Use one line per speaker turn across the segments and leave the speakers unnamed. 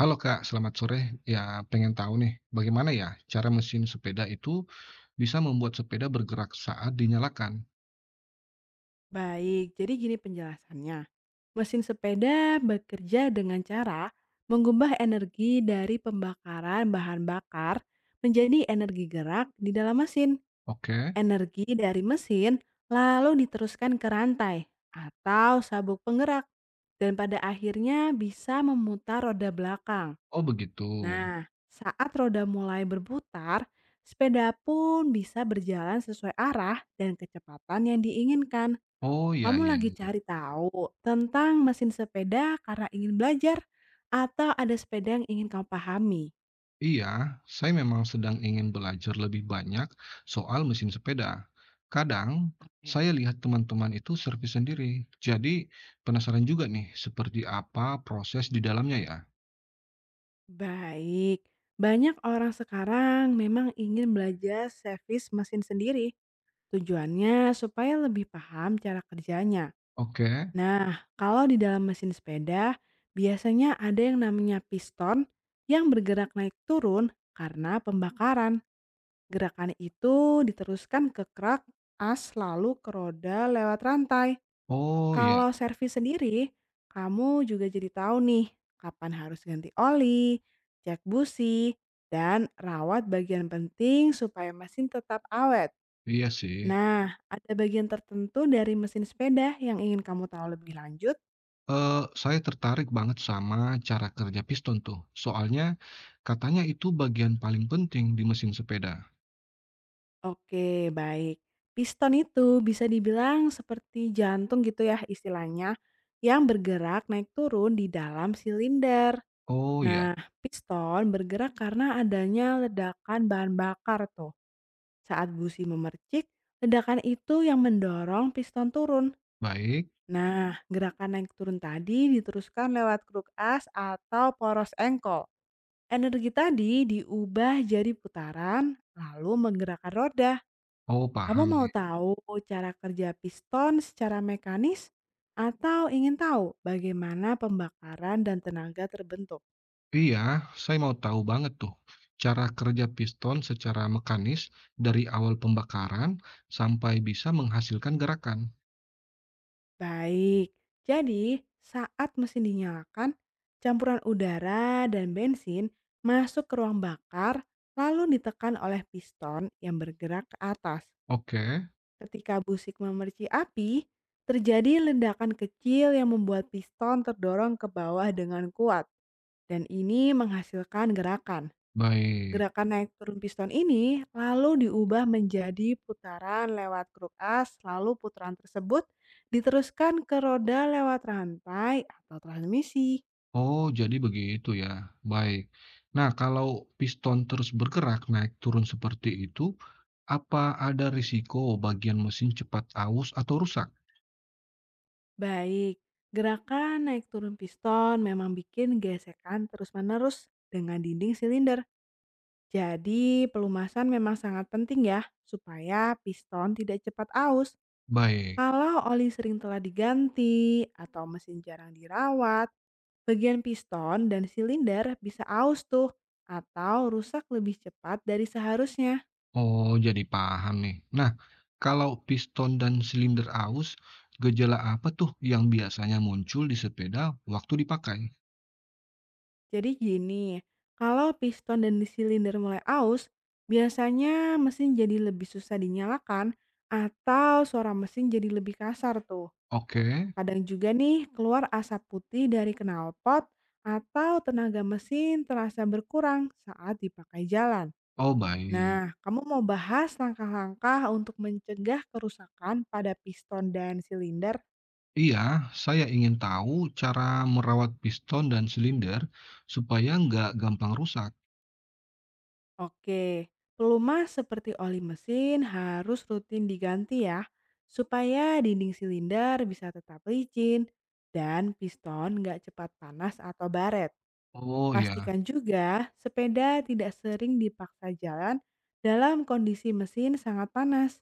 Halo Kak, selamat sore. Ya, pengen tahu nih, bagaimana ya cara mesin sepeda itu bisa membuat sepeda bergerak saat dinyalakan?
Baik, jadi gini penjelasannya. Mesin sepeda bekerja dengan cara mengubah energi dari pembakaran bahan bakar menjadi energi gerak di dalam mesin.
Oke.
Energi dari mesin lalu diteruskan ke rantai atau sabuk penggerak dan pada akhirnya bisa memutar roda belakang.
Oh begitu.
Nah, saat roda mulai berputar, sepeda pun bisa berjalan sesuai arah dan kecepatan yang diinginkan.
Oh ya
Kamu
ya.
lagi cari tahu tentang mesin sepeda karena ingin belajar atau ada sepeda yang ingin kamu pahami?
Iya, saya memang sedang ingin belajar lebih banyak soal mesin sepeda. Kadang saya
Oke.
lihat teman-teman itu servis sendiri. Jadi penasaran juga nih seperti apa proses di dalamnya ya.
Baik, banyak orang sekarang memang ingin belajar servis mesin sendiri. Tujuannya supaya lebih paham cara kerjanya.
Oke.
Nah, kalau di dalam mesin sepeda, biasanya ada yang namanya piston yang bergerak naik turun karena pembakaran. Gerakan itu diteruskan ke krak, as lalu ke roda lewat rantai.
Oh ya,
Kalau servis sendiri, kamu juga jadi tahu nih kapan harus ganti oli, cek busi, dan rawat bagian penting supaya mesin tetap awet.
iya sih.
Nah, ada bagian tertentu dari mesin sepeda yang ingin kamu tahu lebih lanjut?
Saya tertarik banget sama cara kerja piston tuh, soalnya katanya itu bagian paling penting di mesin sepeda.
Oke, baik. Piston itu bisa dibilang seperti jantung gitu ya istilahnya yang bergerak naik turun di dalam silinder.
Oh ya,
Nah, piston bergerak karena adanya ledakan bahan bakar tuh. Saat busi memercik, ledakan itu yang mendorong piston turun.
baik.
Nah, gerakan naik turun tadi diteruskan lewat kruk as atau poros engkol. Energi tadi diubah jadi putaran, lalu menggerakkan roda.
Oh
Kamu
paham
mau
nih.
tahu cara kerja piston secara mekanis atau ingin tahu bagaimana pembakaran dan tenaga terbentuk?
Iya, saya mau tahu banget tuh cara kerja piston secara mekanis dari awal pembakaran sampai bisa menghasilkan gerakan.
Baik, jadi saat mesin dinyalakan, campuran udara dan bensin masuk ke ruang bakar lalu ditekan oleh piston yang bergerak ke atas.
Oke,
Ketika busik memerci api, terjadi ledakan kecil yang membuat piston terdorong ke bawah dengan kuat dan ini menghasilkan gerakan.
baik.
Gerakan naik turun piston ini lalu diubah menjadi putaran lewat kruk as, lalu putaran tersebut diteruskan ke roda lewat rantai atau transmisi.
Oh, jadi begitu ya. Baik. Nah, kalau piston terus bergerak naik turun seperti itu, apa ada risiko bagian mesin cepat aus atau rusak?
Baik, gerakan naik turun piston memang bikin gesekan terus-menerus dengan dinding silinder. Jadi pelumasan memang sangat penting ya, supaya piston tidak cepat aus.
Baik.
Kalau oli sering telah diganti atau mesin jarang dirawat, bagian piston dan silinder bisa aus tuh atau rusak lebih cepat dari seharusnya.
Oh, jadi paham nih. Nah, kalau piston dan silinder aus, gejala apa tuh yang biasanya muncul di sepeda waktu dipakai?
Jadi gini, kalau piston dan silinder mulai aus, biasanya mesin jadi lebih susah dinyalakan atau suara mesin jadi lebih kasar tuh.
Oke.
Kadang juga nih keluar asap putih dari knalpot atau tenaga mesin terasa berkurang saat dipakai jalan.
Oh, baik.
Nah, kamu mau bahas langkah-langkah untuk mencegah kerusakan pada piston dan silinder?
Iya, saya ingin tahu cara merawat piston dan silinder supaya nggak gampang rusak.
Oke, pelumas seperti oli mesin harus rutin diganti ya, supaya dinding silinder bisa tetap licin dan piston nggak cepat panas atau baret.
Oh ya,
Pastikan juga sepeda tidak sering dipaksa jalan dalam kondisi mesin sangat panas.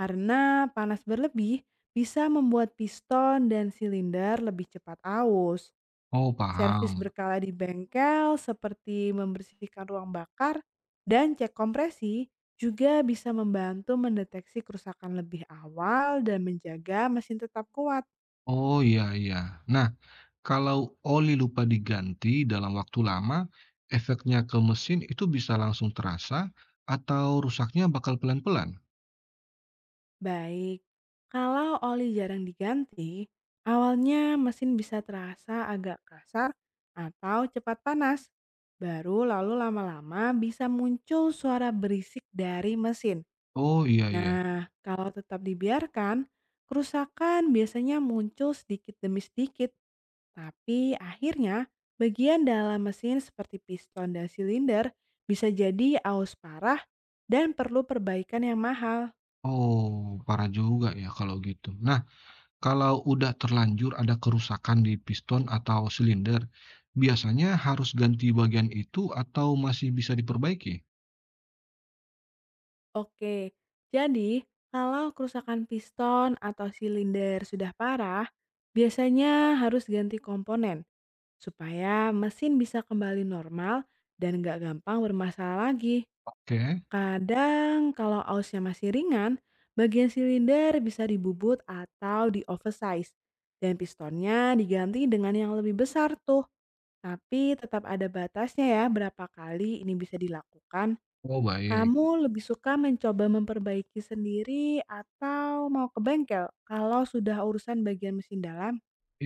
Karena panas berlebih bisa membuat piston dan silinder lebih cepat aus.
Oh,
Servis
paham.
berkala di bengkel seperti membersihkan ruang bakar dan cek kompresi juga bisa membantu mendeteksi kerusakan lebih awal dan menjaga mesin tetap kuat.
Oh, iya iya. Nah, kalau oli lupa diganti dalam waktu lama, efeknya ke mesin itu bisa langsung terasa atau rusaknya bakal pelan-pelan?
Baik, kalau oli jarang diganti, awalnya mesin bisa terasa agak kasar atau cepat panas. Baru lalu lama-lama bisa muncul suara berisik dari mesin.
Oh, iya iya.
Nah, kalau tetap dibiarkan, kerusakan biasanya muncul sedikit demi sedikit. Tapi akhirnya, bagian dalam mesin seperti piston dan silinder bisa jadi aus parah dan perlu perbaikan yang mahal.
Oh, parah juga ya kalau gitu. Nah, kalau udah terlanjur ada kerusakan di piston atau silinder, biasanya harus ganti bagian itu atau masih bisa diperbaiki?
Oke, jadi kalau kerusakan piston atau silinder sudah parah, biasanya harus ganti komponen supaya mesin bisa kembali normal dan nggak gampang bermasalah lagi.
Oke.
Kadang kalau ausnya masih ringan, bagian silinder bisa dibubut atau di oversize dan pistonnya diganti dengan yang lebih besar tuh. Tapi tetap ada batasnya ya berapa kali ini bisa dilakukan.
Oh, baik.
Kamu lebih suka mencoba memperbaiki sendiri atau mau ke bengkel kalau sudah urusan bagian mesin dalam?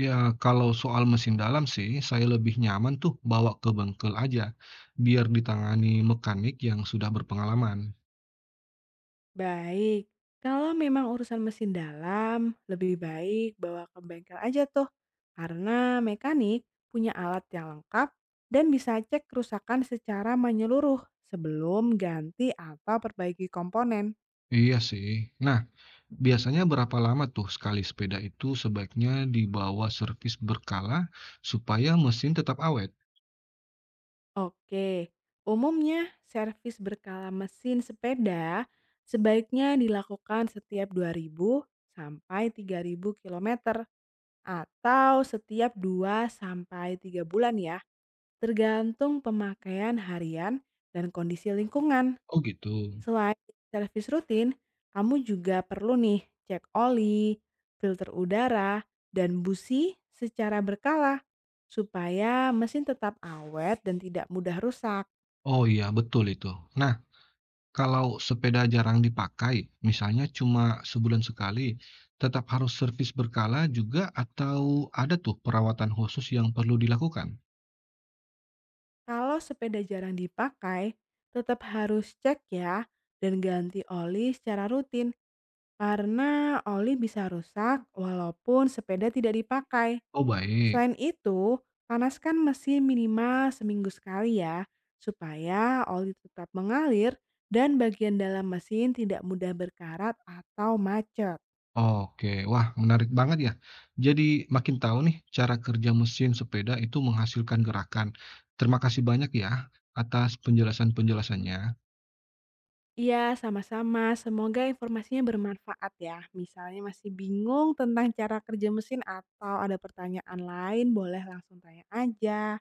Ya, kalau soal mesin dalam sih, saya lebih nyaman tuh bawa ke bengkel aja, biar ditangani mekanik yang sudah berpengalaman.
Baik, kalau memang urusan mesin dalam, lebih baik bawa ke bengkel aja tuh. Karena mekanik punya alat yang lengkap dan bisa cek kerusakan secara menyeluruh sebelum ganti atau perbaiki komponen.
Iya sih. Nah, biasanya berapa lama tuh sekali sepeda itu sebaiknya dibawa servis berkala supaya mesin tetap awet?
Oke, umumnya servis berkala mesin sepeda sebaiknya dilakukan setiap 2.000 sampai 3.000 kilometer atau setiap 2 sampai 3 bulan ya, tergantung pemakaian harian dan kondisi lingkungan.
Oh gitu.
Selain servis rutin, kamu juga perlu nih cek oli, filter udara, dan busi secara berkala supaya mesin tetap awet dan tidak mudah rusak.
Oh iya, betul itu. Nah, kalau sepeda jarang dipakai, misalnya cuma sebulan sekali, tetap harus servis berkala juga atau ada tuh perawatan khusus yang perlu dilakukan?
Kalau sepeda jarang dipakai, tetap harus cek ya dan ganti oli secara rutin karena oli bisa rusak walaupun sepeda tidak dipakai.
Oh, baik.
Selain itu, panaskan mesin minimal seminggu sekali ya supaya oli tetap mengalir dan bagian dalam mesin tidak mudah berkarat atau macet.
Oke. Wah, menarik banget ya. Jadi makin tahu nih cara kerja mesin sepeda itu menghasilkan gerakan. Terima kasih banyak ya atas penjelasan-penjelasannya.
Iya, sama-sama. Semoga informasinya bermanfaat ya. Misalnya masih bingung tentang cara kerja mesin atau ada pertanyaan lain, boleh langsung tanya aja.